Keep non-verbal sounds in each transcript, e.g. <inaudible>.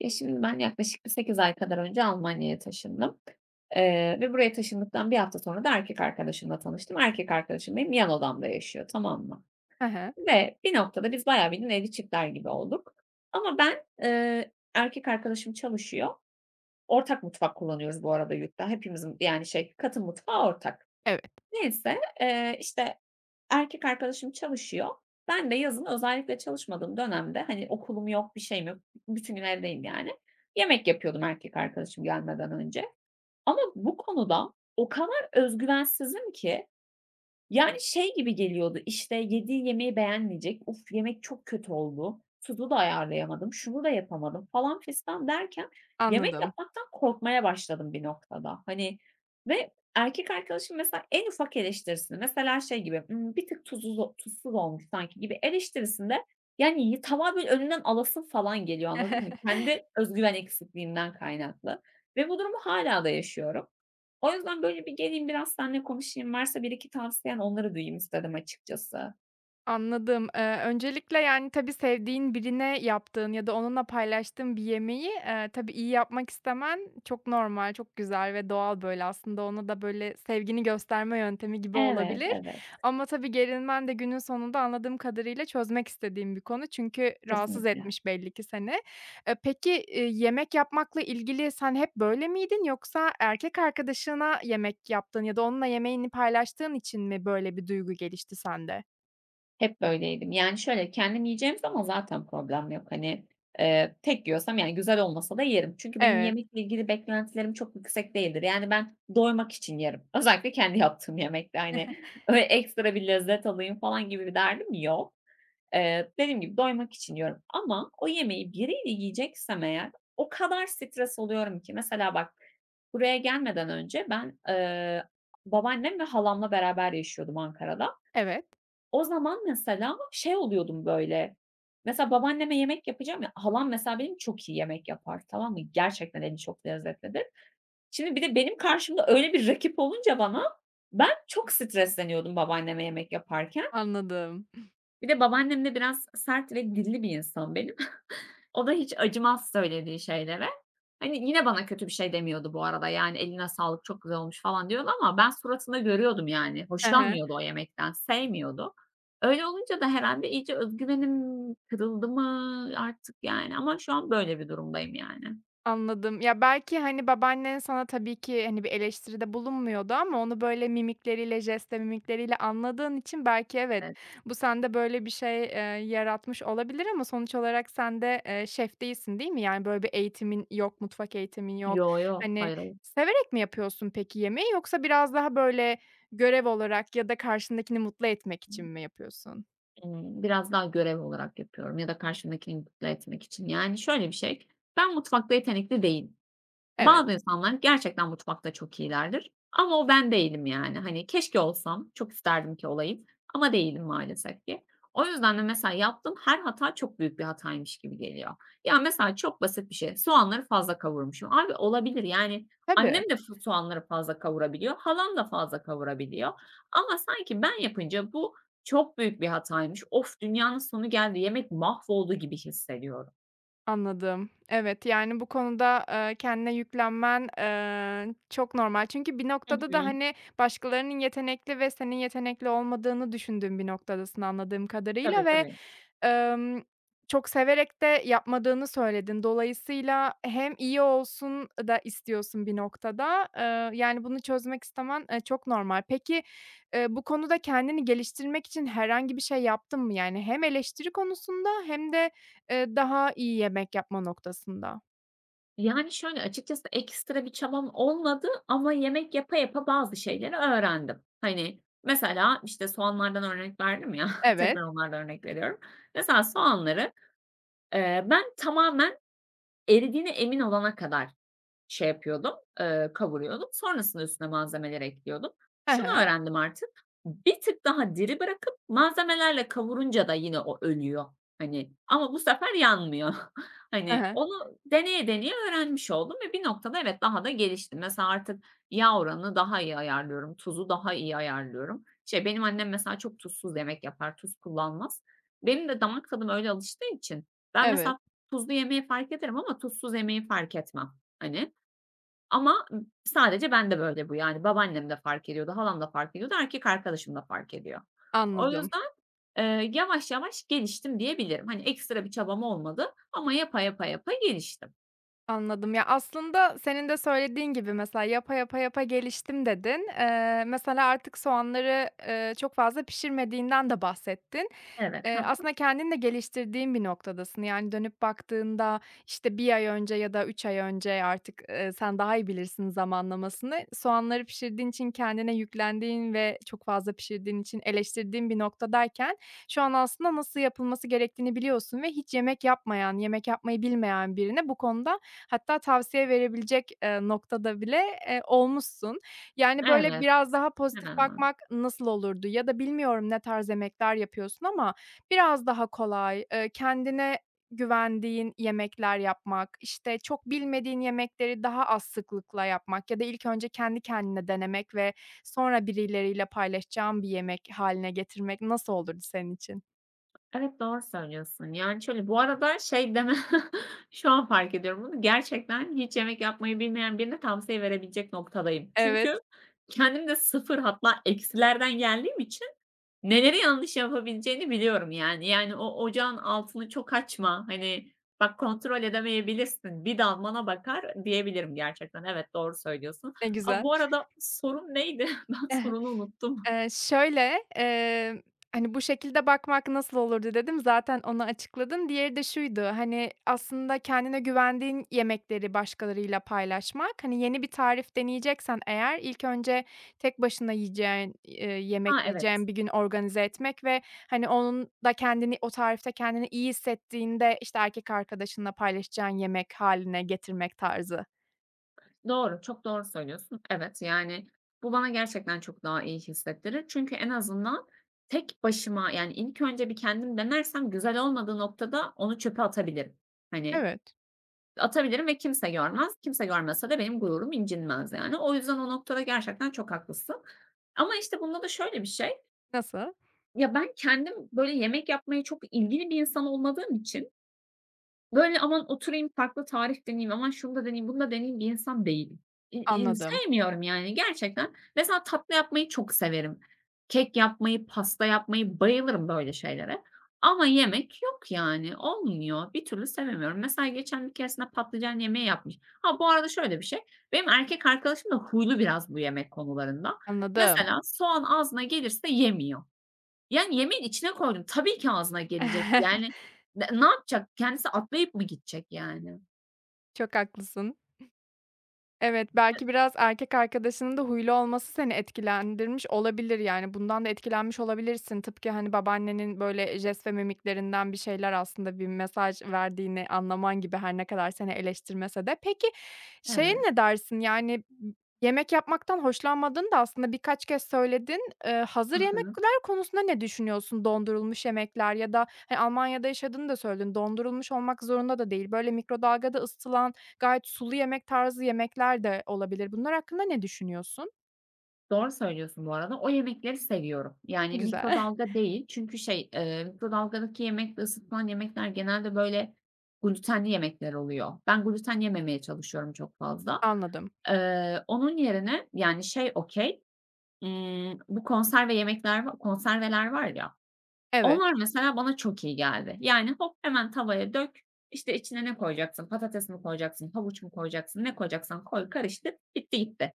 Ya, şimdi ben yaklaşık bir 8 ay kadar önce Almanya'ya taşındım, ve buraya taşındıktan bir hafta sonra da erkek arkadaşımla tanıştım. Erkek arkadaşım benim yan odamda yaşıyor, tamam mı? Hı hı. Ve bir noktada biz bayağı bildiğin evli çiftler gibi olduk ama ben, erkek arkadaşım çalışıyor. Ortak mutfak kullanıyoruz bu arada yurtta. Hepimizin yani şey, katı mutfağı ortak. Evet, Neyse, işte, erkek arkadaşım çalışıyor. Ben de yazın özellikle çalışmadığım dönemde, hani, okulum yok, bir şeyim yok, bütün gün evdeyim yani. Yemek yapıyordum erkek arkadaşım gelmeden önce ama bu konuda o kadar özgüvensizim ki yani, şey gibi geliyordu, işte, yediği yemeği beğenmeyecek, "Uf, yemek çok kötü oldu, tuzu da ayarlayamadım, şunu da yapamadım." falan fistan derken yemek anladım. yapmaktan korkmaya başladım bir noktada. Hani, ve erkek arkadaşım mesela en ufak eleştirisini, mesela şey gibi, "Bir tık tuzsuz o tuzsuz olmuş sanki." gibi eleştirisinde, yani, tavağı böyle önünden alasım falan geliyor, anladın mı? Kendi <laughs> özgüven eksikliğinden kaynaklı ve bu durumu hala da yaşıyorum. O yüzden böyle bir geleyim, biraz seninle konuşayım, varsa 1-2 tavsiyen onları duyayım istedim açıkçası. Anladım. Öncelikle, yani, tabii sevdiğin birine yaptığın ya da onunla paylaştığın bir yemeği, tabii iyi yapmak istemen çok normal, çok güzel ve doğal, böyle, aslında ona da, böyle, sevgini gösterme yöntemi gibi Evet, olabilir. evet, Ama tabii gerilmen de günün sonunda anladığım kadarıyla çözmek istediğim bir konu çünkü rahatsız kesinlikle. etmiş belli ki seni. Peki, yemek yapmakla ilgili sen hep böyle miydin yoksa erkek arkadaşına yemek yaptığın ya da onunla yemeğini paylaştığın için mi böyle bir duygu gelişti sende? Hep böyleydim. Yani şöyle, kendim yiyeceğim zaman zaten problem yok. Hani, tek yiyorsam, yani, güzel olmasa da yerim. Çünkü benim Evet. yemekle ilgili beklentilerim çok yüksek değildir. Yani, ben doymak için yerim. Özellikle kendi yaptığım yemekte, hani, <laughs> öyle ekstra bir lezzet alayım falan gibi bir derdim yok. Dediğim gibi doymak için yiyorum ama o yemeği biriyle yiyeceksem eğer o kadar stres oluyorum ki mesela bak buraya gelmeden önce ben, babaannem ve halamla beraber yaşıyordum Ankara'da. Evet, O zaman mesela şey oluyordum böyle, mesela babaanneme yemek yapacağım ya, halam mesela benim çok iyi yemek yapar, tamam mı? Gerçekten eli çok lezzetlidir. Şimdi bir de benim karşımda öyle bir rakip olunca bana ben çok stresleniyordum babaanneme yemek yaparken. anladım. Bir de babaannem de biraz sert ve dilli bir insan benim. O da hiç acımaz söylediği şeylere. Hani, yine bana kötü bir şey demiyordu bu arada, yani, "Eline sağlık, çok güzel olmuş." falan diyordu ama ben suratında görüyordum, yani. Hı hı, Hoşlanmıyordu o yemekten, sevmiyordu. Öyle olunca da herhalde iyice özgüvenim kırıldı mı artık, yani, ama şu an böyle bir durumdayım, yani. anladım. Ya, belki, hani, babaannen sana tabii ki, hani, bir eleştiride bulunmuyordu ama onu böyle mimikleriyle, jest mimikleriyle anladığın için belki evet, Evet. bu sende böyle bir şey, yaratmış olabilir ama sonuç olarak sen de, şef değilsin, değil mi? Yani, böyle bir eğitimin yok, mutfak eğitimin yok. Yo, yo. Hani, Hayır, hayır. severek mi yapıyorsun peki yemeği yoksa biraz daha böyle görev olarak ya da karşındakini mutlu etmek için mi yapıyorsun? Biraz daha görev olarak yapıyorum ya da karşımdakini mutlu etmek için. Yani, şöyle bir şey, ben mutfakta yetenekli değilim. Evet, Bazı insanlar gerçekten mutfakta çok iyilerdir ama o ben değilim yani. Hani keşke olsam, çok isterdim ki olayım ama değilim maalesef ki. O yüzden de mesela yaptığım her hata çok büyük bir hataymış gibi geliyor. Ya, mesela çok basit bir şey, soğanları fazla kavurmuşum. Abi olabilir yani tabii. annem de soğanları fazla kavurabiliyor, halam da fazla kavurabiliyor ama sanki ben yapınca bu çok büyük bir hataymış. Of, dünyanın sonu geldi, yemek mahvoldu gibi hissediyorum. Anladım. Evet, yani, bu konuda, kendine yüklenmen, çok normal. Çünkü bir Hı noktada da, hı. hani, başkalarının yetenekli ve senin yetenekli olmadığını düşündüğün bir noktadasın anladığım kadarıyla Tabii, tabii. Emm, çok severek de yapmadığını söyledin. Dolayısıyla hem iyi olsun da istiyorsun bir noktada. Yani, bunu çözmek istemen, çok normal. Peki, bu konuda kendini geliştirmek için herhangi bir şey yaptın mı? Yani hem eleştiri konusunda hem daha iyi yemek yapma noktasında. Yani, şöyle, açıkçası ekstra bir çabam olmadı ama yemek yapa yapa bazı şeyleri öğrendim. Hani, mesela, işte, soğanlardan örnek verdim ya, <laughs> tekrar Evet. onlardan örnek veriyorum. Mesela soğanları, ben tamamen eridiğine emin olana kadar şey yapıyordum, kavuruyordum. Sonrasında üstüne malzemeleri ekliyordum. He Şunu he. öğrendim artık, bir tık daha diri bırakıp malzemelerle kavurunca da yine o ölüyor. Hani, ama bu sefer yanmıyor. <laughs> He Hani, he. onu deneye deneye öğrenmiş oldum ve bir noktada evet, daha da geliştim. Mesela artık yağ oranını daha iyi ayarlıyorum, tuzu daha iyi ayarlıyorum. Şey, benim annem mesela çok tuzsuz yemek yapar, tuz kullanmaz. Benim de damak tadım öyle alıştığı için ben Evet, mesela tuzlu yemeği fark ederim ama tuzsuz yemeği fark etmem, hani. Ama sadece bende böyle bu yani. Babaannem de fark ediyordu, halam da fark ediyordu, erkek arkadaşım da fark ediyor. O anladım. yüzden, yavaş yavaş geliştim diyebilirim. Hani, ekstra bir çabam olmadı ama yapa, yapa, yapa geliştim. Anladım. Ya, aslında senin de söylediğin gibi mesela "Yapa, yapa, yapa geliştim." dedin. Mesela artık soğanları, çok fazla pişirmediğinden de bahsettin. Evet. Hı hı. Aslında kendin de geliştirdiğin bir noktadasın. Yani dönüp baktığında, işte, bir ay önce ya da 3 ay önce artık, sen daha iyi bilirsin zamanlamasını, soğanları pişirdiğin için kendine yüklendiğin ve çok fazla pişirdiğin için eleştirdiğin bir noktadayken şu an aslında nasıl yapılması gerektiğini biliyorsun ve hiç yemek yapmayan, yemek yapmayı bilmeyen birine bu konuda hatta tavsiye verebilecek, noktada bile, olmuşsun. Yani, böyle, Evet. biraz daha pozitif Hemen hemen. bakmak nasıl olurdu? Ya da bilmiyorum ne tarz yemekler yapıyorsun ama biraz daha kolay, kendine güvendiğin yemekler yapmak, işte, çok bilmediğin yemekleri daha az sıklıkla yapmak ya da ilk önce kendi kendine denemek ve sonra birileriyle paylaşacağım bir yemek hâline getirmek nasıl olurdu senin için? Evet, doğru söylüyorsun. Yani, şöyle, bu arada şey deme <laughs> şu an fark ediyorum bunu. Gerçekten hiç yemek yapmayı bilmeyen birine tavsiye verebilecek noktadayım. Çünkü Evet, kendim de sıfır hatta eksilerden geldiğim için neleri yanlış yapabileceğini biliyorum, yani. Yani, o ocağın altını çok açma, hani, bak kontrol edemeyebilirsin, bir dalmana bakar diyebilirim gerçekten. Evet, doğru söylüyorsun. ne A, güzel. bu arada sorun neydi? <laughs> Ben <laughs> sorunu unuttum. Şöyle, emm, hani, "Bu şekilde bakmak nasıl olurdu?" dedim. Zaten onu açıkladın. Diğeri de şuydu, hani, aslında kendine güvendiğin yemekleri başkalarıyla paylaşmak. Hani, yeni bir tarif deneyeceksen eğer ilk önce tek başına yiyeceğin, yemek Ha, evet. yiyeceğin bir gün organize etmek hani, onun da kendini o tarifte iyi hissettiğinde, işte, erkek arkadaşınla paylaşacağın yemek hâline getirmek tarzı. Doğru, çok doğru söylüyorsun. Evet, yani, bu bana gerçekten çok daha iyi hissettirir. Çünkü en azından tek başıma, yani, ilk önce bir kendim denersem güzel olmadığı noktada onu çöpe atabilirim. Hani, Evet. atabilirim ve kimse görmez. Kimse görmese de benim gururum incinmez, yani. O yüzden o noktada gerçekten çok haklısın. Ama, işte, bunda da şöyle bir şey, Nasıl? ya, ben kendim, böyle, yemek yapmayı çok ilgili bir insan olmadığım için böyle, aman oturayım farklı tarif deneyeyim, aman şunu da deneyeyim, bunu da deneyeyim bir insan değilim. İ i Anladım, sevmiyorum yani gerçekten. Mesela tatlı yapmayı çok severim. Kek yapmayı, pasta yapmayı bayılırım böyle şeylere. Ama yemek yok yani, olmuyor. Bir türlü sevemiyorum. Mesela geçen bir keresinde patlıcan yemeği yapmış. Ha, bu arada şöyle bir şey, benim erkek arkadaşım da huylu biraz bu yemek konularında. anladım. Mesela soğan ağzına gelirse yemiyor. Yani, yemeğin içine koydum. Tabii ki ağzına gelecek. <laughs> Yani, ne yapacak? Kendisi atlayıp mı gidecek yani? Çok haklısın. Evet, belki biraz erkek arkadaşının da huylu olması seni etkilendirmiş olabilir, yani, bundan da etkilenmiş olabilirsin. Tıpkı, hani, babaannenin, böyle, jest ve mimiklerinden bir şeyler aslında bir mesaj verdiğini anlaman gibi her ne kadar seni eleştirmese de. Peki, şeye Evet. ne dersin, yani, yemek yapmaktan hoşlanmadığını da aslında birkaç kez söyledin. Hazır Hı hı. yemekler konusunda ne düşünüyorsun? Dondurulmuş yemekler ya da, hani, Almanya'da yaşadığını da söyledin. Dondurulmuş olmak zorunda da değil. Böyle, mikrodalgada ısıtılan gayet sulu yemek tarzı yemekler de olabilir. Bunlar hakkında ne düşünüyorsun? Doğru söylüyorsun bu arada. O yemekleri seviyorum. Yani, Güzel. <laughs> mikrodalga değil çünkü şey, mikrodalgadaki yemekle ısıtılan yemekler genelde, böyle, glutenli yemekler oluyor. Ben gluten yememeye çalışıyorum çok fazla. Anladım. Onun yerine, yani, şey okay, bu konserve yemekler konserveler var ya Evet. onlar mesela bana çok iyi geldi. Yani hop hemen tavaya dök, İşte içine ne koyacaksın? Patates mi koyacaksın, havuç mu koyacaksın, ne koyacaksan koy, karıştır, bitti gitti.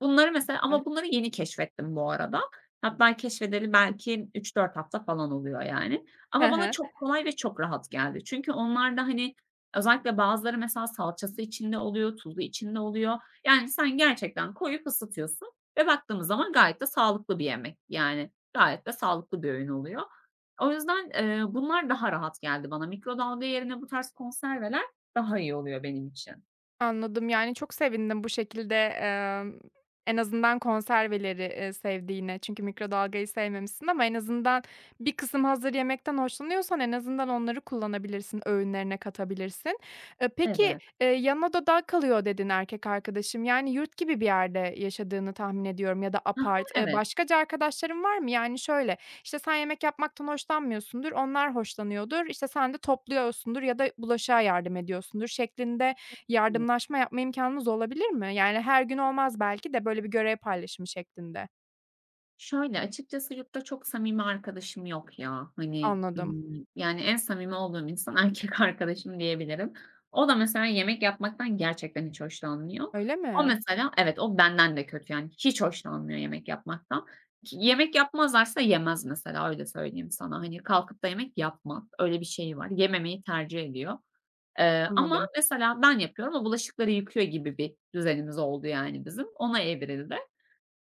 Bunları mesela ama bunları yeni keşfettim bu arada. Hatta keşfedeli belki 3-4 hafta falan oluyor yani. Hı Ama bana hı. çok kolay ve çok rahat geldi. Çünkü onlar da, hani, özellikle bazıları mesela salçası içinde oluyor, tuzu içinde oluyor. Yani sen gerçekten koyup ısıtıyorsun ve baktığımız zaman gayet de sağlıklı bir yemek. Yani gayet de sağlıklı bir öğün oluyor. O yüzden, bunlar daha rahat geldi bana. Mikrodalga yerine bu tarz konserveler daha iyi oluyor benim için. Anladım. Yani, çok sevindim bu şekilde, en azından konserveleri, sevdiğine. Çünkü mikrodalgayı sevmemişsin ama en azından bir kısım hazır yemekten hoşlanıyorsan en azından onları kullanabilirsin, öğünlerine katabilirsin. Peki, Evet. "Yan odada kalıyor." dedin erkek arkadaşım. Yani, yurt gibi bir yerde yaşadığını tahmin ediyorum ya da Hı, apart. Evet. Başkaca arkadaşların var mı? Yani, şöyle, işte, sen yemek yapmaktan hoşlanmıyorsundur, onlar hoşlanıyordur, işte, sen de topluyorsundur ya da bulaşığa yardım ediyorsundur şeklinde, yardımlaşma yapma imkânınız olabilir mi? Yani her gün olmaz belki de böyle bir görev paylaşımı şeklinde. Şöyle, açıkçası yurtta çok samimi arkadaşım yok ya. Hani, Anladım. Yani en samimi olduğum insan erkek <laughs> arkadaşım diyebilirim. O da mesela yemek yapmaktan gerçekten hiç hoşlanmıyor. Öyle O mi? mesela evet, o benden de kötü yani hiç hoşlanmıyor yemek yapmaktan. Ki yemek yapmazlarsa yemez mesela, öyle söyleyeyim sana. Hani kalkıp da yemek yapmaz. Öyle bir şey var. Yememeyi tercih ediyor. Ama Anladım. mesela ben yapıyorum, o bulaşıkları yıkıyor gibi bir düzenimiz oldu yani bizim. Ona evrildi.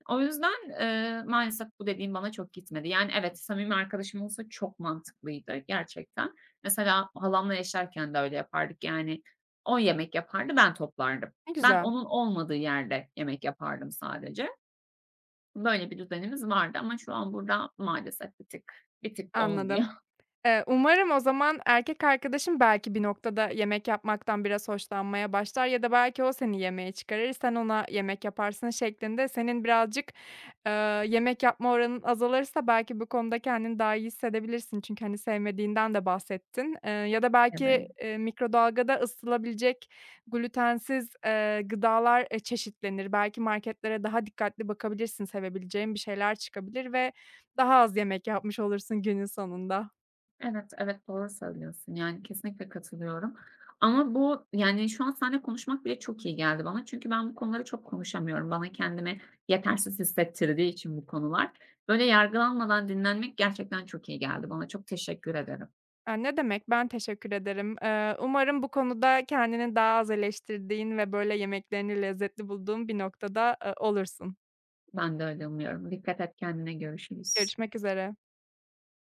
O yüzden, maalesef bu dediğim bana çok gitmedi. Yani evet, samimi arkadaşım olsa çok mantıklıydı gerçekten. Mesela halamla yaşarken de öyle yapardık. Yani o yemek yapardı, ben toplardım. Ne Ben güzel. onun olmadığı yerde yemek yapardım sadece. Böyle bir düzenimiz vardı ama şu an burada maalesef bir tık olmuyor. Anladım. Umarım o zaman <laughs> erkek arkadaşın belki bir noktada yemek yapmaktan biraz hoşlanmaya başlar ya da belki o seni yemeğe çıkarır, sen ona yemek yaparsın şeklinde senin birazcık, eee, yemek yapma oranın azalırsa belki bu konuda kendini daha iyi hissedebilirsin. Çünkü, hani, sevmediğinden de bahsettin. Ya da belki, Evet. Mikrodalgada ısıtılabilecek glutensiz gıdalar, çeşitlenir. Belki marketlere daha dikkatli bakabilirsin, sevebileceğin bir şeyler çıkabilir ve daha az yemek yapmış olursun günün sonunda. Evet, evet, doğru söylüyorsun. Yani, kesinlikle katılıyorum ama bu, yani, şu an seninle konuşmak bile çok iyi geldi bana. Çünkü ben bu konuları çok konuşamıyorum. Bana kendimi yetersiz hissettirdiği için bu konular. Böyle yargılanmadan dinlenmek gerçekten çok iyi geldi bana. Çok teşekkür ederim. A, ne demek, ben teşekkür ederim. Umarım bu konuda kendini daha az eleştirdiğin ve böyle yemeklerini lezzetli bulduğun bir noktada, olursun. Ben de öyle umuyorum. Dikkat et kendine. Görüşürüz. Görüşmek üzere.